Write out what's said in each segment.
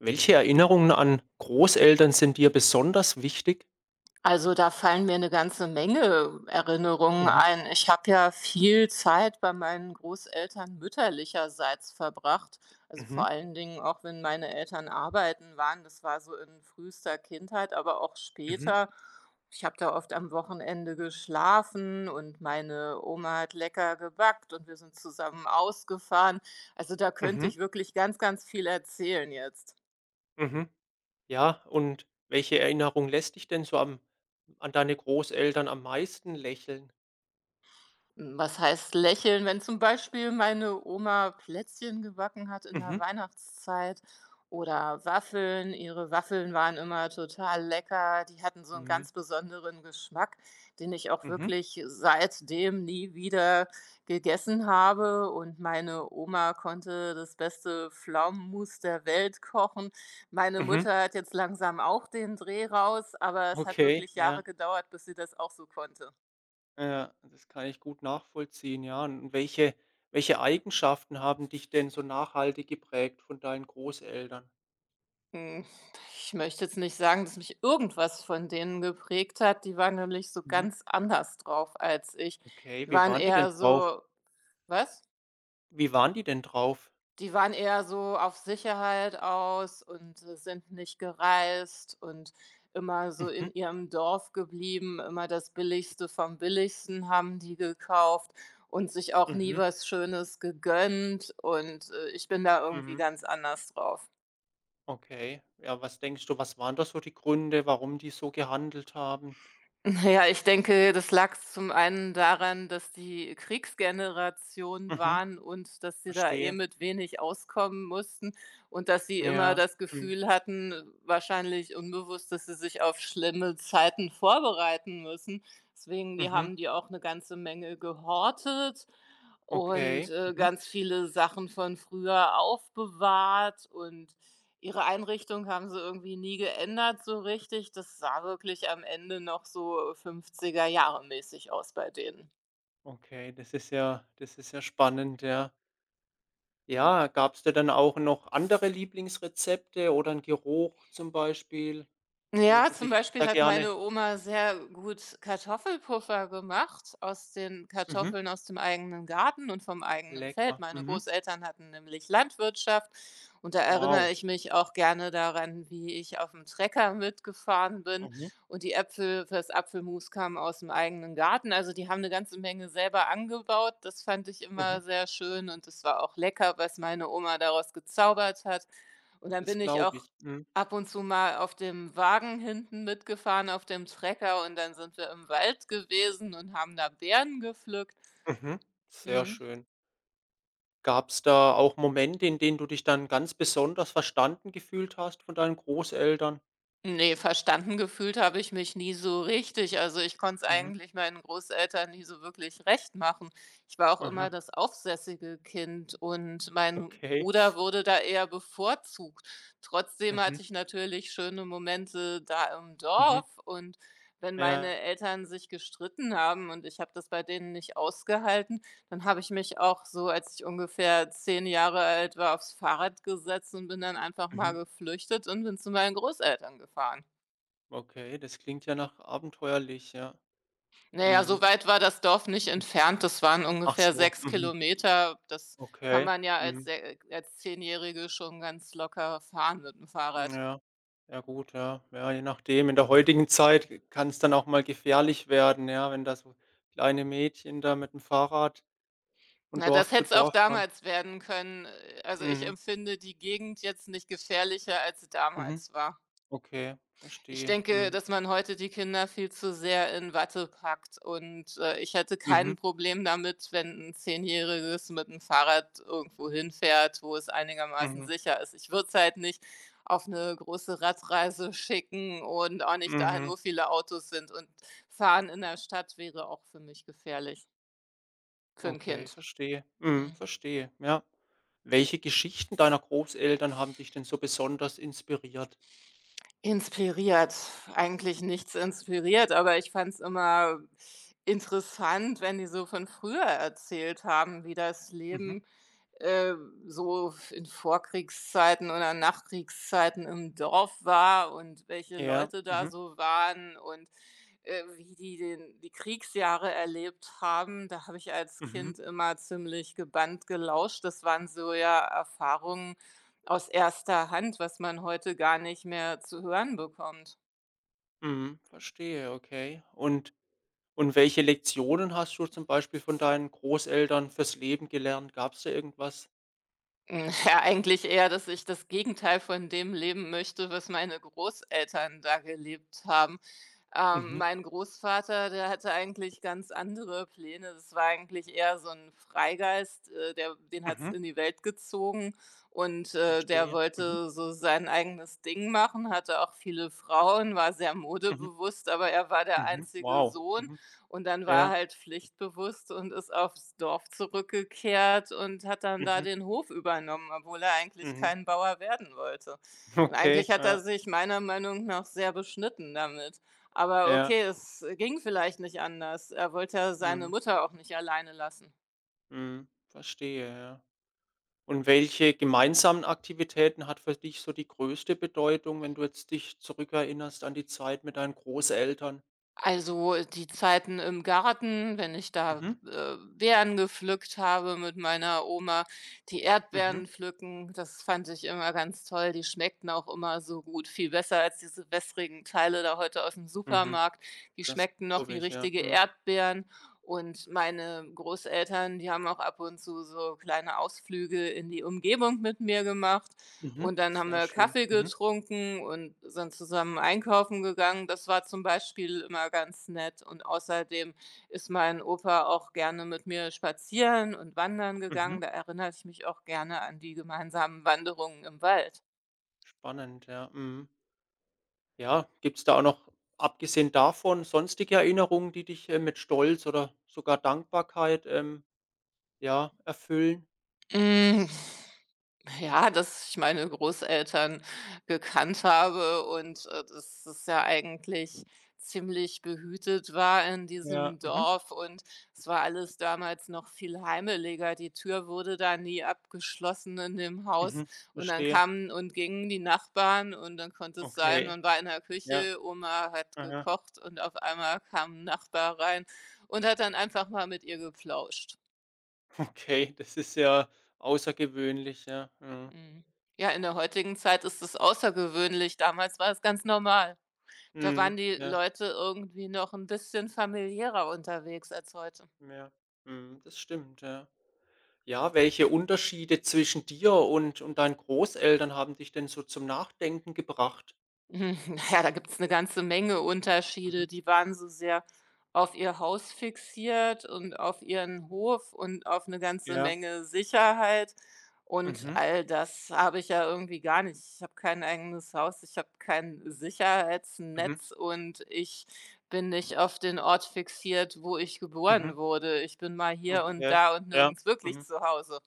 Welche Erinnerungen an Großeltern sind dir besonders wichtig? Also, da fallen mir eine ganze Menge Erinnerungen Mhm, ein. Ich habe ja viel Zeit bei meinen Großeltern mütterlicherseits verbracht. Also, vor mhm, allen Dingen auch, wenn meine Eltern arbeiten waren. Das war so in frühester Kindheit, aber auch mhm, später. Ich habe da oft am Wochenende geschlafen und meine Oma hat lecker gebackt und wir sind zusammen ausgefahren. Also, da könnte mhm, ich wirklich ganz, ganz viel erzählen jetzt. mhm. Ja, und welche Erinnerung lässt dich denn so am an deine Großeltern am meisten lächeln? Was heißt lächeln? Wenn zum Beispiel meine Oma Plätzchen gebacken hat in der Mhm, Weihnachtszeit oder Waffeln, ihre Waffeln waren immer total lecker, die hatten so einen mhm, ganz besonderen Geschmack, den ich auch mhm, wirklich seitdem nie wieder gegessen habe und meine Oma konnte das beste Pflaumenmus der Welt kochen. Meine mhm. Mutter hat jetzt langsam auch den Dreh raus, aber es hat Okay, wirklich Jahre ja, gedauert, bis sie das auch so konnte. ja, das kann ich gut nachvollziehen, ja. Und welche Eigenschaften haben dich denn so nachhaltig geprägt von deinen Großeltern? Hm, ich möchte jetzt nicht sagen, dass mich irgendwas von denen geprägt hat. Die waren nämlich so Mhm, ganz anders drauf als ich. okay, Die wie waren waren die denn eher drauf? so was? Wie waren die denn drauf? Die waren eher so auf Sicherheit aus und sind nicht gereist und immer so in Mhm, ihrem Dorf geblieben. Immer das Billigste vom Billigsten haben die gekauft und sich auch nie mhm, was Schönes gegönnt und ich bin da irgendwie mhm. ganz anders drauf. Okay. Ja, was denkst du, was waren da so die Gründe, warum die so gehandelt haben? Na ja, ich denke, das lag zum einen daran, dass die Kriegsgeneration Mhm, waren und dass sie da eh verstehe. mit wenig auskommen mussten und dass sie immer Ja. das Mhm. Gefühl hatten, wahrscheinlich unbewusst, dass sie sich auf schlimme Zeiten vorbereiten müssen. Deswegen, die Mhm. haben die auch eine ganze Menge gehortet und, Okay. äh, Mhm. ganz viele Sachen von früher aufbewahrt und ihre Einrichtung haben sie irgendwie nie geändert so richtig. Das sah wirklich am Ende noch so 50 jahre mäßig aus bei denen. Okay, das ist ja spannend, ja. Ja, gab's da dann auch noch andere Lieblingsrezepte oder 'n Geruch zum Beispiel, wo Ja, du zum dich Beispiel da hat meine gerne Oma sehr gut Kartoffelpuffer gemacht aus den mhm, Kartoffeln aus dem eigenen Garten und vom eigenen Feld. lecker. Meine Mhm. Großeltern hatten nämlich Landwirtschaft und da erinnere Wow. ich mich auch gerne daran, wie ich auf dem Trecker mitgefahren bin Mhm. und die Äpfel fürs Apfelmus kamen aus dem eigenen Garten. Also, die haben eine ganze Menge selber angebaut. Das fand ich Mhm. immer sehr schön und es war auch lecker, was meine Oma daraus gezaubert hat. Und Ja, dann das bin ich glaube auch ich. Mhm. ab und zu mal auf dem Wagen hinten mitgefahren, auf dem Trecker und dann sind wir im Wald gewesen und haben da Beeren gepflückt. Mhm. Sehr Mhm. schön. Gab's da auch Momente, in denen du dich dann ganz besonders verstanden gefühlt hast von deinen Großeltern? Nee, verstanden gefühlt habe ich mich nie so richtig. Also, ich konnte es Mhm. eigentlich meinen Großeltern nie so wirklich recht machen. Ich war auch immer Aha, das aufsässige Kind und mein okay. Bruder wurde da eher bevorzugt. Trotzdem Mhm, hatte ich natürlich schöne Momente da im mhm. Dorf und wenn Ja. meine Eltern sich gestritten haben und ich habe das bei denen nicht ausgehalten, dann habe ich mich auch so, als ich ungefähr 10 Jahre alt war, aufs Fahrrad gesetzt und bin dann einfach mal Mhm. geflüchtet und bin zu meinen Großeltern gefahren. Okay, das klingt ja nach abenteuerlich, ja. Na ja, so Mhm. weit war das Dorf nicht entfernt, das waren Ach ungefähr so, 6 mhm. Kilometer. Das kann Okay. man ja als Mhm. se als Zehnjährige schon ganz locker fahren mit dem Fahrrad. Ja. Ja gut, ja. Ja, je nachdem. In der heutigen Zeit kann es dann auch mal gefährlich werden, ja, wenn da so kleine Mädchen da mit dem Fahrrad von Na, Dorf das zu hätte es auch Dorf fahren. damals werden können. Also, ich Mhm. empfinde die Gegend jetzt nicht gefährlicher, als sie Mhm. damals war. Okay, Ich verstehe. denke, Mhm. dass man heute die Kinder viel zu sehr in Watte packt und ich hätte Mhm. kein Problem damit, wenn ein Zehnjähriges mit 'm Fahrrad irgendwo hinfährt, wo es einigermaßen Mhm. sicher ist. Ich würde es halt nicht auf eine große Radreise schicken und auch nicht dahin, Mhm. wo viele Autos sind und Fahren in der Stadt wäre auch für mich gefährlich, für ein Okay, Kind. verstehe. Mhm, Mhm. verstehe, ja. Welche Geschichten deiner Großeltern haben dich denn so besonders inspiriert? Inspiriert, eigentlich nichts inspiriert, aber ich fand es immer interessant, wenn die so von früher erzählt haben, wie das Mhm. Leben, äh, so in Vorkriegszeiten oder Nachkriegszeiten im Dorf war und welche Ja, Leute da mhm, so waren und wie die den die Kriegsjahre erlebt haben, da habe ich als mhm, Kind immer ziemlich gebannt gelauscht. Das waren so ja Erfahrungen aus erster Hand, was man heute gar nicht mehr zu hören bekommt. mhm, verstehe, okay. Und welche Lektionen hast du zum Beispiel von deinen Großeltern fürs Leben gelernt? Gab's da irgendwas? Ja, eigentlich eher, dass ich das Gegenteil von dem leben möchte, was meine Großeltern da gelebt haben. Mhm. Mein Großvater, der hatte eigentlich ganz andere Pläne. Das war eigentlich eher so ein Freigeist, der den hat's Mhm, in die Welt gezogen und der verstehe. Mhm, wollte so sein eigenes Ding machen, hatte auch viele Frauen, war sehr mhm, modebewusst, aber er war der mhm. einzige Wow. Sohn Mhm. und dann war er Ja. halt pflichtbewusst und ist aufs Dorf zurückgekehrt und hat dann da Mhm, den Hof übernommen, obwohl er eigentlich mhm. kein Bauer werden wollte. Und eigentlich Okay, hat ja, er sich meiner Meinung nach sehr beschnitten damit. Aber ja. okay, es ging vielleicht nicht anders. Er wollte ja seine Mhm, Mutter auch nicht alleine lassen. mhm. Verstehe, ja. Und welche gemeinsamen Aktivitäten hat für dich so die größte Bedeutung, wenn du jetzt dich zurückerinnerst an die Zeit mit deinen Großeltern? Also, die Zeiten im Garten, wenn ich da, Mhm, äh, Beeren gepflückt habe mit meiner Oma, die mhm, Erdbeeren pflücken, das fand ich immer ganz toll. Die schmeckten auch immer so gut, viel besser als diese wässrigen Teile da heute aus dem mhm. Supermarkt. Die Das schmeckten noch glaube wie ich, ja. richtige Mhm, Erdbeeren. Und meine Großeltern, die haben auch ab und zu so kleine Ausflüge in die Umgebung mit mir gemacht. mhm, Und dann haben sehr wir schön. Kaffee Mhm, getrunken und sind zusammen einkaufen gegangen. Das war zum Beispiel immer ganz nett. Und außerdem ist mein Opa auch gerne mit mir spazieren und wandern mhm. gegangen. Da erinnere ich mich auch gerne an die gemeinsamen Wanderungen im Wald. Spannend, ja. Mhm. Ja, gibt's da auch noch, abgesehen davon, sonstige Erinnerungen, die dich, mit Stolz oder sogar Dankbarkeit, ja, erfüllen? Hm. Ja, dass ich meine Großeltern gekannt habe und dass es ja eigentlich ziemlich behütet war in Ja, diesem mhm, Dorf und es war alles damals noch viel heimeliger. Die Tür wurde da nie abgeschlossen in dem Haus mhm, und dann verstehe. kamen und gingen die Nachbarn und dann konnte es sein, Okay, man war in der ja. Küche, Oma hat Aha. gekocht und auf einmal kam 'n Nachbar rein und hat dann einfach mal mit ihr geplauscht. Okay, das ist ja außergewöhnlich, ja. Mhm. Mhm. Ja, in der heutigen Zeit ist es außergewöhnlich. Damals war es ganz normal. Da Mhm. waren die Ja, Leute irgendwie noch ein bisschen familiärer unterwegs als heute. ja. Mhm, das stimmt, ja. Ja, welche Unterschiede zwischen dir und deinen Großeltern haben dich denn so zum Nachdenken gebracht? Na ja, da gibt es eine ganze Menge Unterschiede. Mhm. Die waren so sehr auf ihr Haus fixiert und auf ihren Hof und auf eine ganze Ja. Menge Sicherheit und Mhm. all das habe ich ja irgendwie gar nicht. Ich habe kein eigenes Haus, ich habe kein Mhm. Sicherheitsnetz und ich bin nicht auf den Ort fixiert, wo ich Mhm. geboren wurde. Ich bin mal hier und Okay. da und Ja. nirgends wirklich Mhm. zu Hause.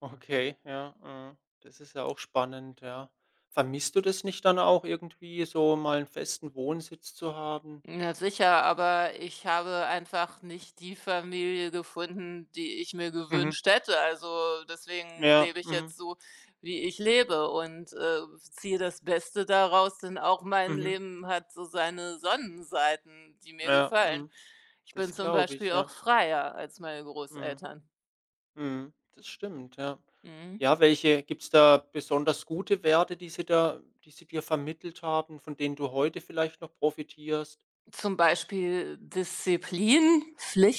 Okay, ja. Mhm. Das ist ja auch spannend, ja. Vermisst du das nicht dann auch irgendwie, so mal einen festen Wohnsitz zu haben? Na sicher, aber ich habe einfach nicht die Familie gefunden, die ich mir Mhm. gewünscht hätte. Also, deswegen Ja. lebe ich Mhm. jetzt so, wie ich lebe und ziehe das Beste daraus, denn auch mein Mhm. Leben hat so seine Sonnenseiten, die mir Ja. gefallen. Mhm. Ich bin Das zum glaube Beispiel ich, auch ja. freier als meine Mhm, Großeltern. mhm, das stimmt, ja. Mhm. Ja, welche gibt's da besonders gute Werte, die sie da die sie dir vermittelt haben, von denen du heute vielleicht noch profitierst? Zum Beispiel Disziplin,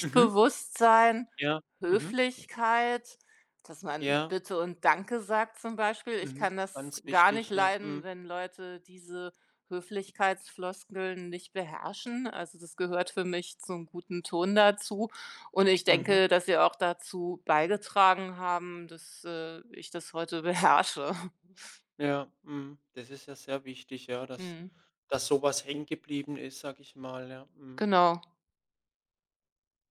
Mhm, ja, mhm, Höflichkeit, dass man ja, Bitte und Danke sagt zum Beispiel. Ich mhm, kann das ganz gar nicht wichtig, ja, leiden, mhm, wenn Leute diese Höflichkeitsfloskeln nicht beherrschen. Also das gehört für mich zum guten Ton dazu. Und ich mhm, denke, dass sie auch dazu beigetragen haben, dass, ich das heute beherrsche. ja, mhm. Das ist ja sehr wichtig, ja, dass Mhm. dass sowas was hängen geblieben ist, sag ich mal, ja, mhm. Genau.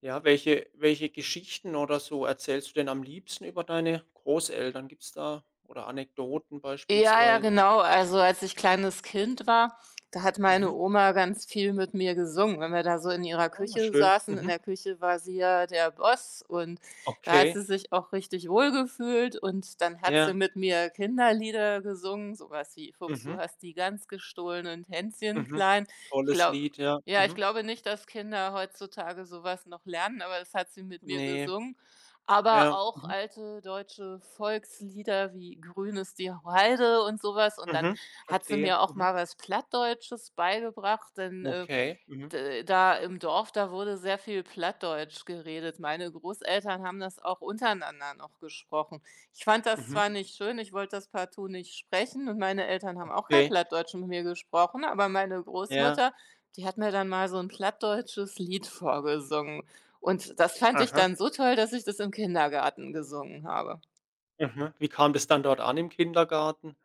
Ja, welche Geschichten oder so erzählst du denn am liebsten über deine Großeltern? Gibt's da oder Anekdoten Ja, ja, beispielsweise? genau. Also, als ich kleines Kind war, da hat meine Mhm. Oma ganz viel mit mir gesungen. Wenn wir da so in ihrer Oh, Küche schön. saßen, in Mhm. der Küche war sie ja der Boss und da hat sie Okay. sich auch richtig wohlgefühlt und dann hat sie Ja. mit mir Kinderlieder gesungen, sowas wie „Fuchs, du Mhm. hast die Gans gestohlen" und „Hänschen Mhm. klein". Ich Tolles glaube Lied, ja. ja, ich Mhm. glaube nicht, dass Kinder heutzutage sowas noch lernen, aber das hat sie mit mir Ne, gesungen aber ja. auch Mhm. alte deutsche Volkslieder wie „Grün ist die Heide" und sowas. Und dann Mhm. hat sie Verstehe. mir auch Mhm. mal was Plattdeutsches beigebracht, denn, Okay. Mhm. D da im Dorf, da wurde sehr viel Plattdeutsch geredet. Meine Großeltern haben das auch untereinander noch gesprochen. Ich fand das Mhm. zwar nicht schön, ich wollte das partout nicht sprechen und meine Eltern haben auch kein Okay. Plattdeutsch mit mir gesprochen, aber meine Ja. Großmutter, die hat mir dann mal so ein plattdeutsches Lied vorgesungen und das fand ich Aha. dann so toll, dass ich das im Kindergarten gesungen habe. Mhm. Wie kam das dann dort an im Kindergarten?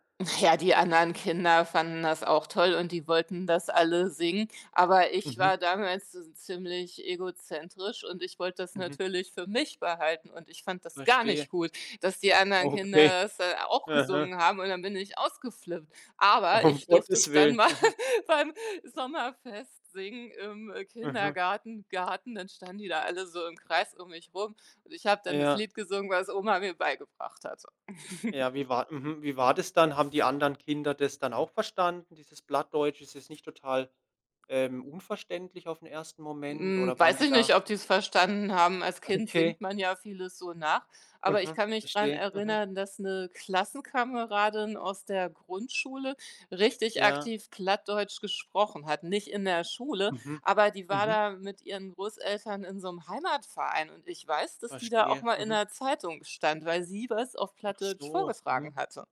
Ja, die anderen Kinder fanden das auch toll und die wollten das alle singen, aber ich Mhm. war damals so ziemlich egozentrisch und ich wollte das Mhm. natürlich für mich behalten und ich fand das gar nicht Verstehe. gut, dass die anderen Okay. Kinder das, auch Aha. gesungen haben und dann bin ich ausgeflippt. Aber Um ich durfte Gottes es dann Willen. mal Mhm. beim Sommerfest singen im, Mhm. Kindergarten Garten, dann standen die da alle so im Kreis um mich rum und ich habe dann das Ja. Lied gesungen, was Oma mir beigebracht hat. Ja, wie war mhm, wie war das dann? Haben die anderen Kinder das dann auch verstanden, dieses Plattdeutsch? Ist es nicht total, unverständlich auf den ersten Moment oder waren Weiß die ich nicht, da ob die es verstanden haben. Als Kind singt okay, man ja vieles so nach, aber ich mhm, kann mich daran verstehe, mhm, erinnern, dass eine Klassenkameradin aus der Grundschule richtig ja, aktiv Plattdeutsch gesprochen hat. Nicht in der Schule, mhm, aber die war mhm, da mit ihren Großeltern in so einem Heimatverein und ich weiß, dass die da auch verstehe, mal in mhm. der Zeitung stand, weil sie was auf Ach Plattdeutsch so, vorgetragen mhm, hatte.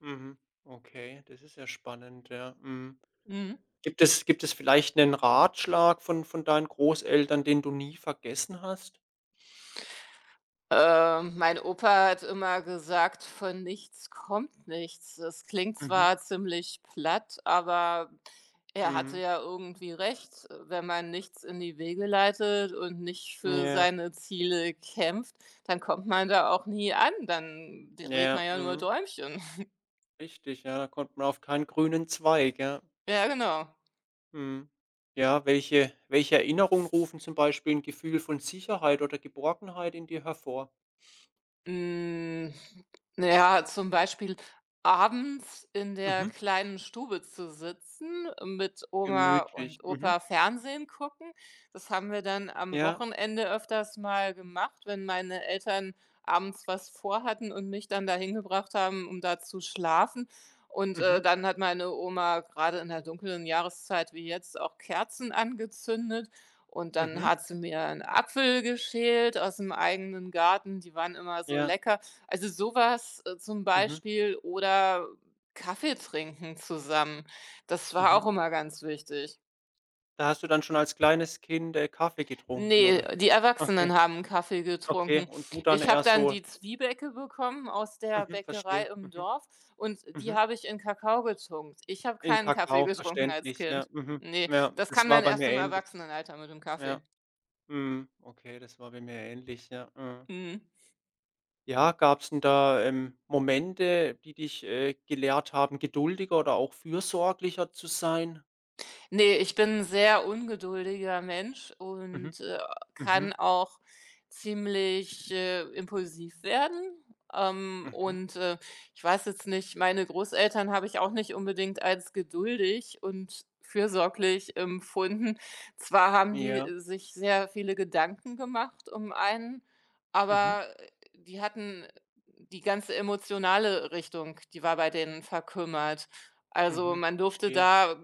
mhm, okay, das ist ja spannend, ja, mhm. Mhm. Gibt es vielleicht einen Ratschlag von deinen Großeltern, den du nie vergessen hast? Mein Opa hat immer gesagt: „Von nichts kommt nichts." Das klingt Mhm, zwar ziemlich platt, aber er hatte mhm, ja irgendwie recht. Wenn man nichts in die Wege leitet und nicht für ja, seine Ziele kämpft, dann kommt man da auch nie an. Dann dreht ja, man ja nur mhm. Däumchen. Richtig, ja, da kommt man auf keinen grünen Zweig, ja. Ja, genau. Mhm. Ja, welche Erinnerungen rufen zum Beispiel ein Gefühl von Sicherheit oder Geborgenheit in dir hervor? Hm, na ja, zum Beispiel abends in der Mhm. kleinen Stube zu sitzen, mit Oma Gemütlich. und Mhm. Opa Fernsehen gucken. Das haben wir dann am Ja. Wochenende öfters mal gemacht, wenn meine Eltern abends was vorhatten und mich dann dahin gebracht haben, um da zu schlafen. Und Mhm. dann hat meine Oma gerade in der dunklen Jahreszeit wie jetzt auch Kerzen angezündet und dann Mhm. hat sie mir einen Apfel geschält aus dem eigenen Garten, die waren immer so Ja. lecker. Also, sowas zum Mhm. Beispiel oder Kaffee trinken zusammen. Das war Mhm. auch immer ganz wichtig. Da hast du dann schon als kleines Kind, Kaffee getrunken, Ne, oder? die Okay, Erwachsenen haben Kaffee okay. getrunken. Und du dann Ich habe eher dann so die Zwiebäcke bekommen aus der mhm, Bäckerei verstehe. im Mhm. Dorf und die Mhm. habe ich in Kakao getunkt. Ich habe In keinen Kaffee Kakao, getrunken als verständlich, ja. Kind. Mhm. Ne, Ja, das das kam war dann bei erst mir im ähnlich. Erwachsenenalter mit dem Ja. Kaffee. Mhm. Okay, das war bei mir ähnlich, ja. Mhm. Mhm. Ja, gab's denn da, Momente, die dich, gelehrt haben, geduldiger oder auch fürsorglicher zu sein? Ne, ich bin ein sehr ungeduldiger Mensch Mhm, und kann mhm, auch ziemlich, impulsiv werden. Ähm, mhm, und, äh, ich weiß jetzt nicht, meine Großeltern habe ich auch nicht unbedingt als geduldig und fürsorglich empfunden. Zwar haben die ja, sich sehr viele Gedanken gemacht um einen, mhm, aber die hatten die ganze emotionale Richtung, die war bei denen verkümmert. Also, mhm, man durfte verstehe. da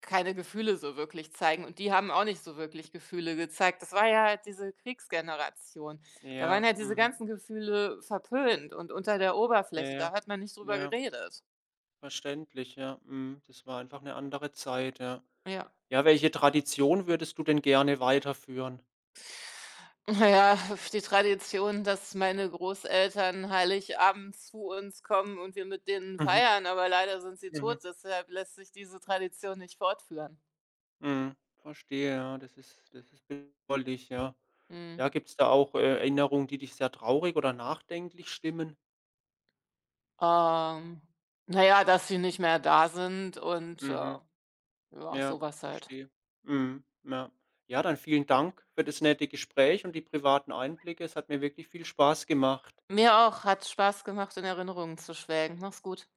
keine Gefühle so wirklich zeigen und die haben auch nicht so wirklich Gefühle gezeigt. Das war ja halt diese Kriegsgeneration. Da waren Ja, halt diese mhm, ganzen Gefühle verpönt und unter der ja, Oberfläche, da ja, hat man nicht drüber ja, geredet. verständlich, ja, mhm. Das war einfach eine andere Zeit, ja. Ja. Ja, welche Tradition würdest du denn gerne weiterführen? Na ja, die Tradition, dass meine Großeltern Heiligabend zu uns kommen und wir mit denen Mhm, feiern, aber leider sind sie tot, mhm, deshalb lässt sich diese Tradition nicht fortführen. mhm, verstehe, ja, das ist bedauerlich, ja. Mhm. Ja, gibt's da auch, Erinnerungen, die dich sehr traurig oder nachdenklich stimmen? Ähm, na ja, dass sie nicht mehr da sind und Mhm. ja, Ja, sowas halt. verstehe. Mhm, ja. Ja, dann vielen Dank für das nette Gespräch und die privaten Einblicke. Es hat mir wirklich viel Spaß gemacht. Mir auch, hat Spaß gemacht, in Erinnerungen zu schwelgen. Mach's gut.